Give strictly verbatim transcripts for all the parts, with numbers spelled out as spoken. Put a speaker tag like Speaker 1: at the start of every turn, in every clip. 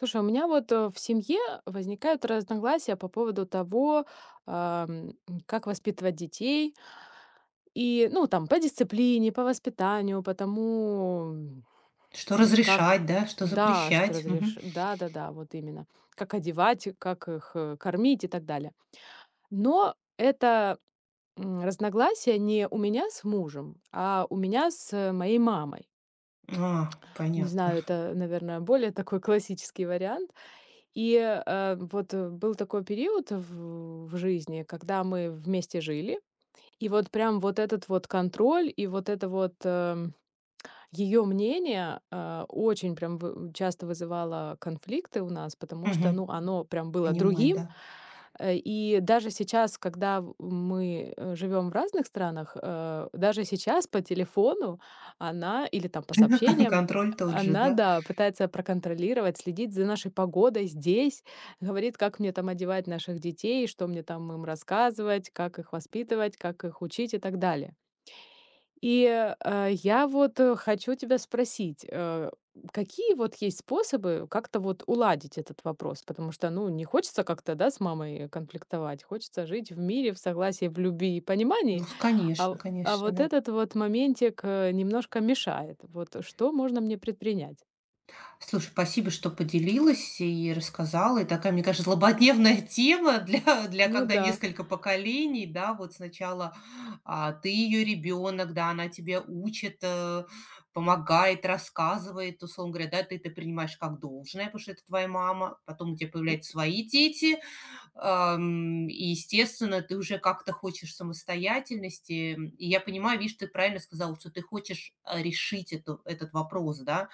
Speaker 1: Слушай, у меня вот э, в семье возникают разногласия по поводу того, ам, как воспитывать детей. И, ну, там, по дисциплине, по воспитанию, по тому,
Speaker 2: Что
Speaker 1: м, как...
Speaker 2: разрешать, да, что
Speaker 1: Да, что
Speaker 2: запрещать.
Speaker 1: разреш...
Speaker 2: Мгм.
Speaker 1: Да, да, да, вот именно. Как одевать, как их э, кормить и так далее. Но это м, разногласия не у меня с мужем, а у меня с э, моей мамой.
Speaker 2: А,
Speaker 1: Не
Speaker 2: понятно.
Speaker 1: знаю, это, наверное, более такой классический вариант. И, э, вот, э, был такой период в в жизни, когда мы вместе жили. И вот прям вот этот вот контроль и вот это вот, э ее мнение, а, очень прям вы часто вызывало конфликты у нас, потому что, ну,
Speaker 2: Мгм.
Speaker 1: оно прям было
Speaker 2: Понимаю,
Speaker 1: другим.
Speaker 2: да.
Speaker 1: Э, и даже сейчас, когда в мы, живем в разных странах, э, даже сейчас по телефону она или там по
Speaker 2: Кон
Speaker 1: сообщениям,
Speaker 2: контроль тот же,
Speaker 1: она,
Speaker 2: да?
Speaker 1: да, пытается проконтролировать, следить за нашей погодой здесь, говорит, как мне там одевать наших детей, что мне там им рассказывать, как их воспитывать, как их учить и так далее. И, э, а, я вот, э, хочу тебя спросить, э, какие вот есть способы как-то вот уладить этот вопрос? Потому что, ну, не хочется как-то, да, с мамой конфликтовать, хочется жить в мире, в согласии, в любви и
Speaker 2: Ну,
Speaker 1: понимании,
Speaker 2: с
Speaker 1: а
Speaker 2: конечно,
Speaker 1: в а
Speaker 2: конечно,
Speaker 1: вот
Speaker 2: да.
Speaker 1: этот вот моментик, э, немножко мешает. Вот что можно мне предпринять?
Speaker 2: Слушай, спасибо, что поделилась и рассказала. И такая, мне кажется, злободневная тема для для
Speaker 1: Ну
Speaker 2: когда
Speaker 1: да,
Speaker 2: несколько поколений, да. Вот сначала, а, ты ее ребенок, да, она тебя учит, э, помогает, рассказывает, условно говоря, да. Ты это принимаешь как должное, потому что это твоя мама. Потом у тебя
Speaker 1: м,
Speaker 2: появляются свои дети. Ам, и, естественно, ты уже как-то хочешь самостоятельности. И я понимаю, видишь, ты правильно сказала, что ты хочешь, а, решить эту этот вопрос, да.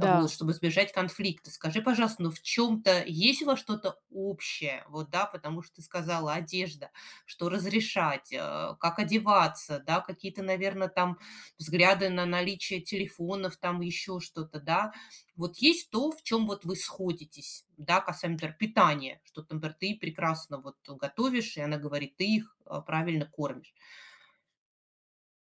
Speaker 2: Вот, чтобы избежать конфликта. Скажи, пожалуйста, ну в чем то есть у вас что-то общее? Вот, да, потому что ты сказала: одежда, что разрешать, э, как одеваться, да, какие-то, наверное, там взгляды на наличие телефонов, там еще что-то, да. Вот есть то, в чем вот вы сходитесь, да, касаемо, например, питания, что, например, ты прекрасно вот готовишь, и она говорит, ты их, э, правильно кормишь.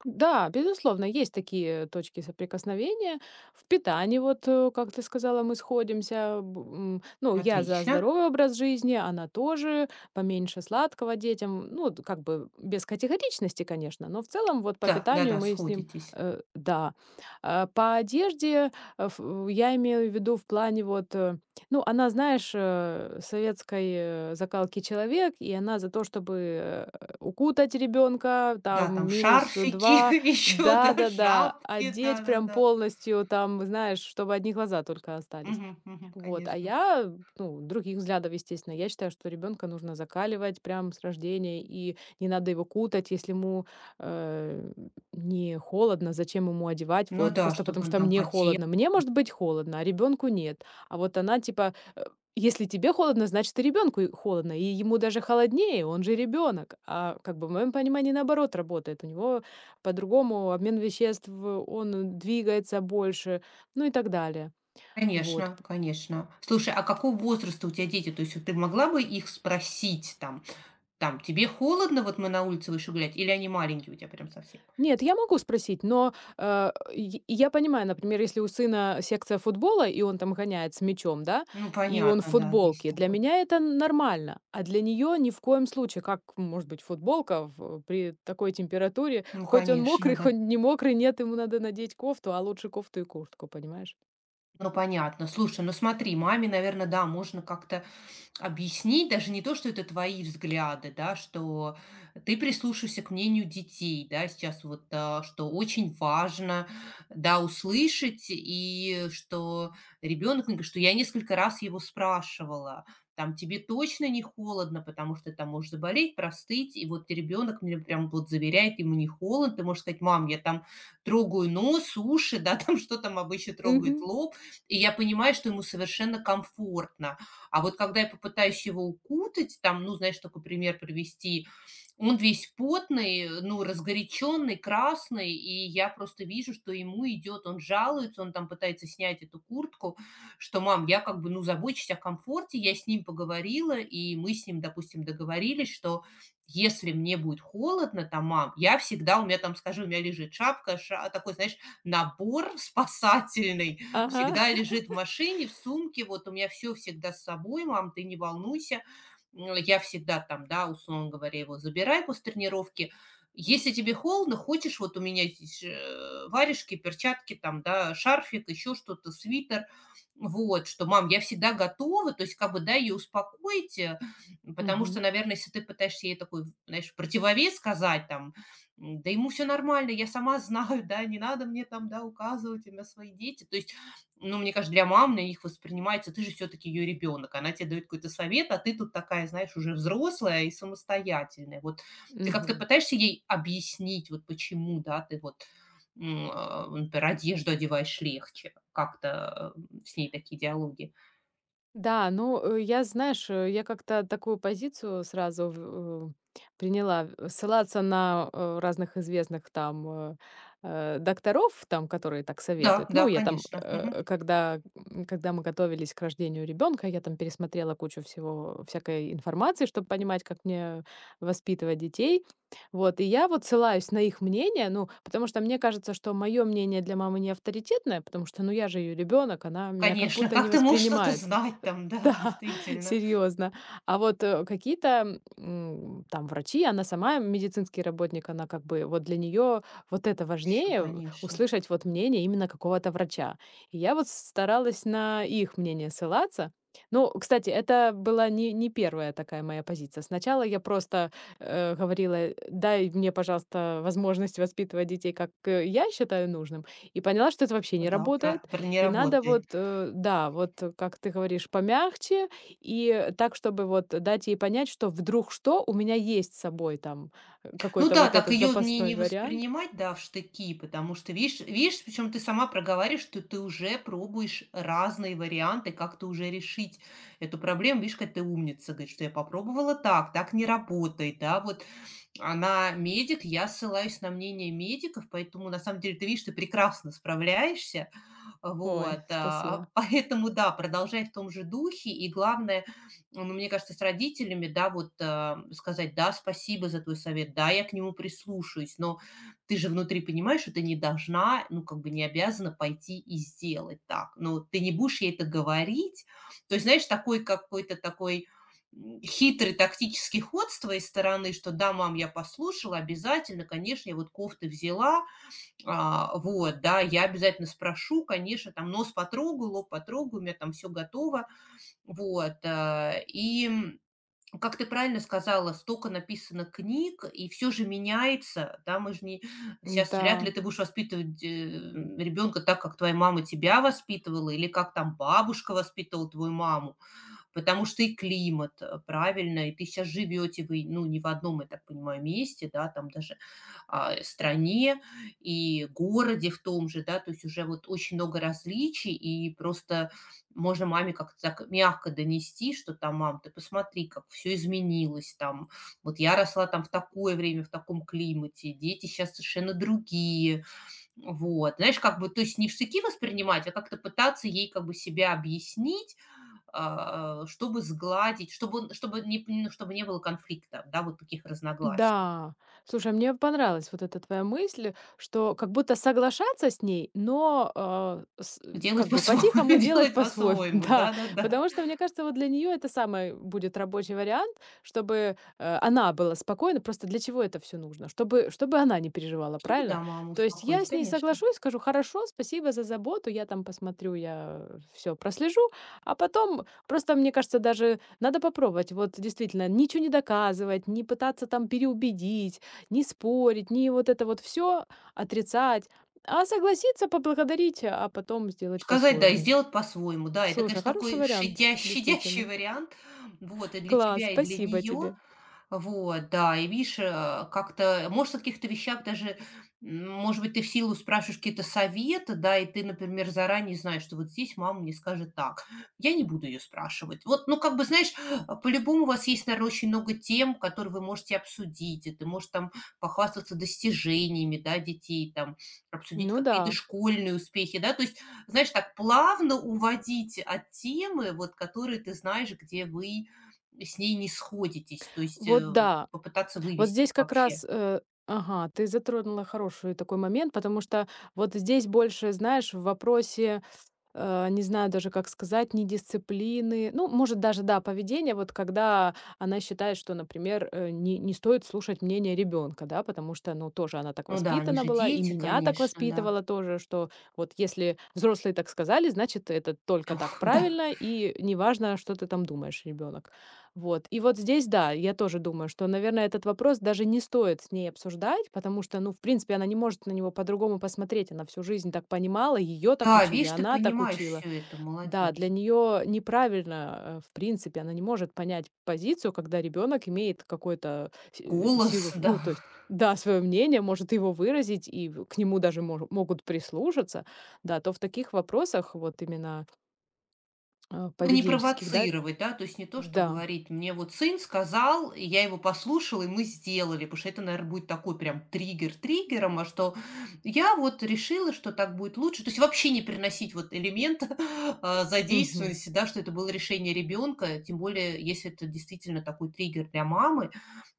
Speaker 1: Да, безусловно, есть такие точки соприкосновения. В питании, вот, э, как ты сказала, мы сходимся. Б- м, Ну, я за
Speaker 2: Отлично.
Speaker 1: здоровый образ жизни, она тоже, поменьше сладкого детям. Ну, д- как бы без категоричности, конечно, но в целом вот по
Speaker 2: Да,
Speaker 1: питанию
Speaker 2: да-да,
Speaker 1: мы с ним,
Speaker 2: сходитесь.
Speaker 1: э, да. А по одежде э, ф- э, я имею в виду в плане вот, э, ну, она, знаешь, э, советской э, закалки человек, и она за то, чтобы укутать ребенка,
Speaker 2: Да,
Speaker 1: там
Speaker 2: там
Speaker 1: минус
Speaker 2: шарфики
Speaker 1: два,
Speaker 2: еще, да,
Speaker 1: да-да-да,
Speaker 2: шапки,
Speaker 1: одеть прям
Speaker 2: да-да-да.
Speaker 1: полностью, там, знаешь, чтобы одни глаза только остались.
Speaker 2: Мгм, мгм,
Speaker 1: Вот, а
Speaker 2: конечно.
Speaker 1: я, ну, других взглядов, естественно. Я считаю, что ребенка нужно закаливать прям с рождения, и не надо его кутать, если ему э, не холодно, зачем ему одевать,
Speaker 2: Ну
Speaker 1: вот
Speaker 2: да,
Speaker 1: просто
Speaker 2: чтобы
Speaker 1: потому
Speaker 2: он
Speaker 1: что
Speaker 2: там
Speaker 1: мне
Speaker 2: потел.
Speaker 1: холодно. Мне может быть холодно, а ребенку нет. А вот она типа, э, если тебе холодно, значит и ребенку холодно, и ему даже холоднее, он же ребенок. А как бы в моем понимании наоборот работает. У него по-другому обмен веществ, он двигается больше, ну и так далее. Вот.
Speaker 2: Конечно, конечно. Слушай, а какого возраста у тебя дети? То есть вот ты могла бы их спросить там там: "Тебе холодно? Вот мы на улице вышли гулять". Или они маленькие у тебя прям совсем?
Speaker 1: Нет, я могу спросить, но, э, й я понимаю, например, если у сына секция футбола, и он там гоняет с мячом, да,
Speaker 2: Ну
Speaker 1: и он в
Speaker 2: понятно, да, весь
Speaker 1: футболке, для
Speaker 2: такой.
Speaker 1: меня это нормально, а для нее ни в коем случае. Как может быть футболка в при такой температуре?
Speaker 2: Ну
Speaker 1: Хоть он
Speaker 2: конечно,
Speaker 1: мокрый,
Speaker 2: да.
Speaker 1: хоть не мокрый, нет, ему надо надеть кофту, а лучше кофту и куртку, понимаешь?
Speaker 2: Ну понятно. Слушай, ну смотри, маме, наверное, да, можно как-то объяснить даже не то, что это твои взгляды, да, что ты прислушиваешься к мнению детей, да, сейчас вот, а, что очень важно, да, услышать, и что ребенок, ну, что я несколько раз его спрашивала, там тебе точно не холодно, потому что ты там можешь заболеть, простыть, и вот ребенок мне прям вот заверяет, ему не холодно, ты можешь сказать, мам, я там трогаю нос, уши, да, там что там обычно трогает
Speaker 1: Мгм.
Speaker 2: лоб, и я понимаю, что ему совершенно комфортно, а вот когда я попытаюсь его укутать, там, ну, знаешь, такой пример привести, он весь потный, ну, разгоряченный, красный, и я просто вижу, что ему идет, он жалуется, он там пытается снять эту куртку, что, мам, я как бы, ну, забочусь о комфорте, я с ним поговорила, и мы с ним, допустим, договорились, что если мне будет холодно, там, мам, я всегда, у меня там, скажи, у меня лежит шапка, ша- такой, знаешь, набор спасательный,
Speaker 1: Ага.
Speaker 2: всегда лежит в машине, в сумке, вот у меня все всегда с собой, мам, ты не волнуйся. М, я всегда там, да, условно говоря, его забираю после тренировки. Если тебе холодно, хочешь, вот у меня здесь, э, варежки, перчатки, там, да, шарфик, еще что-то, свитер. Вот, что, мам, я всегда готова, то есть как бы, да, ее успокоить, э, потому что,
Speaker 1: Мгм.
Speaker 2: наверное, если ты пытаешься ей такой, знаешь, противовес сказать там, м, да ему все нормально, я сама знаю, да, не надо мне там, да, указывать, у меня свои дети. То есть ну, мне кажется, для мам на них воспринимается: ты же все таки ее ребенок, она тебе дает какой-то совет, а ты тут такая, знаешь, уже взрослая и самостоятельная. Вот ты как-то
Speaker 1: Мгм.
Speaker 2: пытаешься ей объяснить, вот почему, да, ты вот, м, а, например, одежду одеваешь легче? Как-то, э, с ней такие диалоги.
Speaker 1: Да, ну, э, я, знаешь, э, я как-то такую позицию сразу в э, приняла, в ссылаться на, э, разных известных там, э, э, докторов, там, которые так
Speaker 2: Да,
Speaker 1: советуют.
Speaker 2: да,
Speaker 1: Ну, я там,
Speaker 2: конечно.
Speaker 1: э,
Speaker 2: Мгм.
Speaker 1: когда, м, когда мы готовились к рождению ребенка, я там пересмотрела кучу всего, всякой информации, чтобы понимать, как мне воспитывать детей. Вот, и я вот ссылаюсь на их мнение, ну, потому что мне кажется, что мое мнение для мамы не авторитетное, потому что, ну, я же ее ребенок, она меня как
Speaker 2: Конечно,
Speaker 1: будто
Speaker 2: как
Speaker 1: не
Speaker 2: ты можешь что-то
Speaker 1: воспринимает
Speaker 2: знать там? Да,
Speaker 1: да,
Speaker 2: действительно.
Speaker 1: серьезно. А вот, э, какие-то, м, там врачи, она сама медицинский работник, она как бы вот для нее вот это
Speaker 2: Ещё,
Speaker 1: важнее- в-
Speaker 2: конечно.
Speaker 1: услышать вот мнение именно какого-то врача. И я вот старалась на их мнение ссылаться. Ну, кстати, это была не не первая такая моя позиция. Сначала я просто, э, говорила: э, "Дай мне, пожалуйста, возможность воспитывать детей, как, э, я считаю нужным". И поняла, что это вообще
Speaker 2: Ну
Speaker 1: не
Speaker 2: да, про
Speaker 1: работает.
Speaker 2: про не
Speaker 1: И надо
Speaker 2: работает.
Speaker 1: вот, э, да, вот, э, как ты говоришь, помягче и так, чтобы вот дать ей понять, что вдруг что, у меня есть с собой там, э,
Speaker 2: Ну
Speaker 1: какой-то
Speaker 2: да,
Speaker 1: вот
Speaker 2: так
Speaker 1: этот
Speaker 2: ее не,
Speaker 1: запасной
Speaker 2: не
Speaker 1: вариант.
Speaker 2: воспринимать, да, в штыки, потому что видишь, видишь, причем ты сама проговариваешь, что ты уже пробуешь разные варианты, как-то уже решить эту проблему. Видишь, как ты умница, говорит, что я попробовала так, так не работает, да, вот она медик, я ссылаюсь на мнение медиков, поэтому на самом деле ты видишь, ты прекрасно справляешься, вот,
Speaker 1: Ой,
Speaker 2: а,
Speaker 1: спасибо.
Speaker 2: поэтому, да, продолжай в том же духе. И главное, ну, мне кажется, с родителями, да, вот а, сказать, да, спасибо за твой совет, да, я к нему прислушаюсь, но ты же внутри понимаешь, что ты не должна, ну, как бы не обязана пойти и сделать так. Но ты не будешь ей это говорить. То есть, знаешь, такой какой-то такой м, хитрый тактический ход с твоей стороны, что да, мам, я послушала, обязательно, конечно, я вот кофты взяла, а, вот, да, я обязательно спрошу, конечно, там нос потрогаю, лоб потрогаю, у меня там все готово. Вот, а, и, как ты правильно сказала, столько написано книг, и все же меняется, да, мы же не сейчас вряд ли
Speaker 1: Да.
Speaker 2: ты будешь воспитывать, ребенка так, как твоя мама тебя воспитывала или как там бабушка воспитывала твою маму. Потому что и климат, э, правильно, и ты сейчас живете вы, ну, не в одном, я так понимаю, месте, да, там даже, а, стране и городе в том же, да, то есть уже вот очень много различий, и просто можно маме как-то так мягко донести, что там: "Мам, ты посмотри, как всё изменилось там. Вот я росла там в такое время, в таком климате, дети сейчас совершенно другие". Вот. Знаешь, как бы, то есть не в штыки воспринимать, а как-то пытаться ей как бы себя объяснить, а, а, чтобы сгладить, чтобы он чтобы не ну, чтобы не было конфликта, да, вот таких разногласий.
Speaker 1: Да, слушай, а мне понравилась вот эта твоя мысль, что как будто соглашаться с ней, но а, с-
Speaker 2: Делать
Speaker 1: как бы
Speaker 2: по-своему,
Speaker 1: по-тихому делать
Speaker 2: делать
Speaker 1: по-своему,
Speaker 2: по-своему,
Speaker 1: да,
Speaker 2: да-да-да.
Speaker 1: потому что, мне кажется, вот для нее это самый будет рабочий вариант, чтобы э, она была спокойна, просто для чего это все нужно, чтобы, чтобы она не переживала,
Speaker 2: Чтобы, да,
Speaker 1: правильно?
Speaker 2: маму
Speaker 1: То есть
Speaker 2: успокоить,
Speaker 1: я с ней
Speaker 2: конечно.
Speaker 1: соглашусь, скажу, хорошо, спасибо за заботу, я там посмотрю, я все прослежу, а потом просто, мне кажется, даже надо попробовать. Вот действительно, ничего не доказывать, не пытаться там переубедить, не спорить, не вот это вот все отрицать, а согласиться, поблагодарить, а потом сделать
Speaker 2: Сказать, да, и
Speaker 1: по-своему.
Speaker 2: сделать по-своему. Да, это,
Speaker 1: Слушай,
Speaker 2: конечно,
Speaker 1: хороший
Speaker 2: такой
Speaker 1: вариант,
Speaker 2: щадя щадящий
Speaker 1: действительно.
Speaker 2: вариант, вот, и для
Speaker 1: Класс,
Speaker 2: тебя, и для
Speaker 1: спасибо
Speaker 2: нее.
Speaker 1: тебе.
Speaker 2: Вот, да, и видишь, э, как-то, может, о каких-то вещах даже, м, может быть, ты в силу спрашиваешь какие-то советы, да, и ты, например, заранее знаешь, что вот здесь мама мне скажет так, я не буду ее спрашивать. Вот, ну, как бы, знаешь, а, по-любому у вас есть, наверное, очень много тем, которые вы можете обсудить, и ты можешь там похвастаться достижениями, да, детей, там, обсудить
Speaker 1: Ну
Speaker 2: какие-то
Speaker 1: да,
Speaker 2: школьные успехи, да, то есть, знаешь, так плавно уводить от темы, вот, которые ты знаешь, где вы с ней не сходитесь, то есть, э,
Speaker 1: вот да.
Speaker 2: попытаться
Speaker 1: Вот
Speaker 2: вывести
Speaker 1: здесь
Speaker 2: их
Speaker 1: как раз
Speaker 2: вообще.
Speaker 1: э, Ага, ты затронула хороший такой момент, потому что вот здесь больше, знаешь, в вопросе э, не знаю даже, как сказать, недисциплины. Ну, может, даже, да, поведение, вот когда она считает, что, например, э, не, не стоит слушать мнение ребенка, да, потому что, ну, тоже она так
Speaker 2: Ну да, они
Speaker 1: воспитана
Speaker 2: же
Speaker 1: была, и
Speaker 2: дети,
Speaker 1: меня так
Speaker 2: конечно, да.
Speaker 1: воспитывала тоже, что вот если взрослые так сказали, значит, это только так
Speaker 2: Ох, да.
Speaker 1: правильно, и неважно, что ты там думаешь, ребенок. Вот. И вот здесь, да, я тоже думаю, что, наверное, этот вопрос даже не стоит с ней обсуждать, потому что, ну, в принципе, она не может на него по-другому посмотреть. Она всю жизнь так понимала, ее так
Speaker 2: Да,
Speaker 1: учили,
Speaker 2: видишь, ты
Speaker 1: она так
Speaker 2: понимаешь
Speaker 1: учила.
Speaker 2: все это,
Speaker 1: Да, для
Speaker 2: молодец.
Speaker 1: нее неправильно, э, в принципе, она не может понять позицию, когда ребенок имеет какую-то си- силу,
Speaker 2: Голос,
Speaker 1: с-
Speaker 2: да.
Speaker 1: ну, то есть, да, свое мнение, может его выразить, и в- к нему даже мож- могут прислушаться, да, то в таких вопросах, вот именно э,
Speaker 2: Чтобы не
Speaker 1: поведенческих, да,
Speaker 2: провоцировать, да, то есть не то, что
Speaker 1: да.
Speaker 2: говорить: "Мне вот сын сказал, и я его послушала, и мы сделали". Потому что это, наверное, будет такой прям триггер триггером, а что я вот решила, что так будет лучше. То есть вообще не приносить вот элемент, а,
Speaker 1: Мгм.
Speaker 2: задействованности, да, что это было решение ребенка, тем более, если это действительно такой триггер для мамы.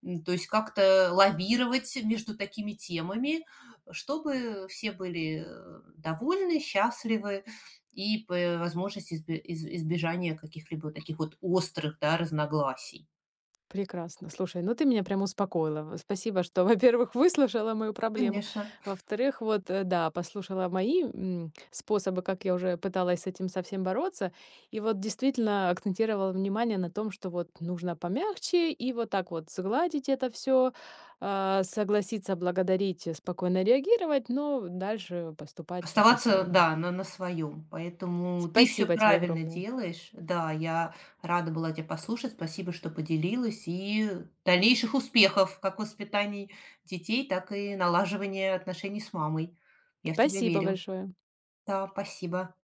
Speaker 2: М, то есть как-то лавировать между такими темами, чтобы все были, э, довольны, счастливы. И п возможность избе из избежания каких-либо таких вот острых, да, разногласий.
Speaker 1: Прекрасно. Слушай, ну ты меня прям успокоила. В- Спасибо, что, во-первых, выслушала мою проблему,
Speaker 2: Конечно.
Speaker 1: во-вторых, вот, э, да, послушала мои м, способы, как я уже пыталась с этим совсем бороться, и вот действительно акцентировала внимание на том, что вот нужно помягче и вот так вот сгладить это все, согласиться, благодарить, э, спокойно реагировать, но дальше поступать э,
Speaker 2: Оставаться,
Speaker 1: по-своему.
Speaker 2: да, на на своем. Поэтому ты все
Speaker 1: Спасибо тебе
Speaker 2: правильно
Speaker 1: огромное.
Speaker 2: делаешь. Да, я рада была тебя послушать. Спасибо, что поделилась. И дальнейших успехов как в воспитании детей, так и налаживания отношений с мамой. Я в тебя
Speaker 1: Спасибо
Speaker 2: верю.
Speaker 1: большое.
Speaker 2: Да, спасибо.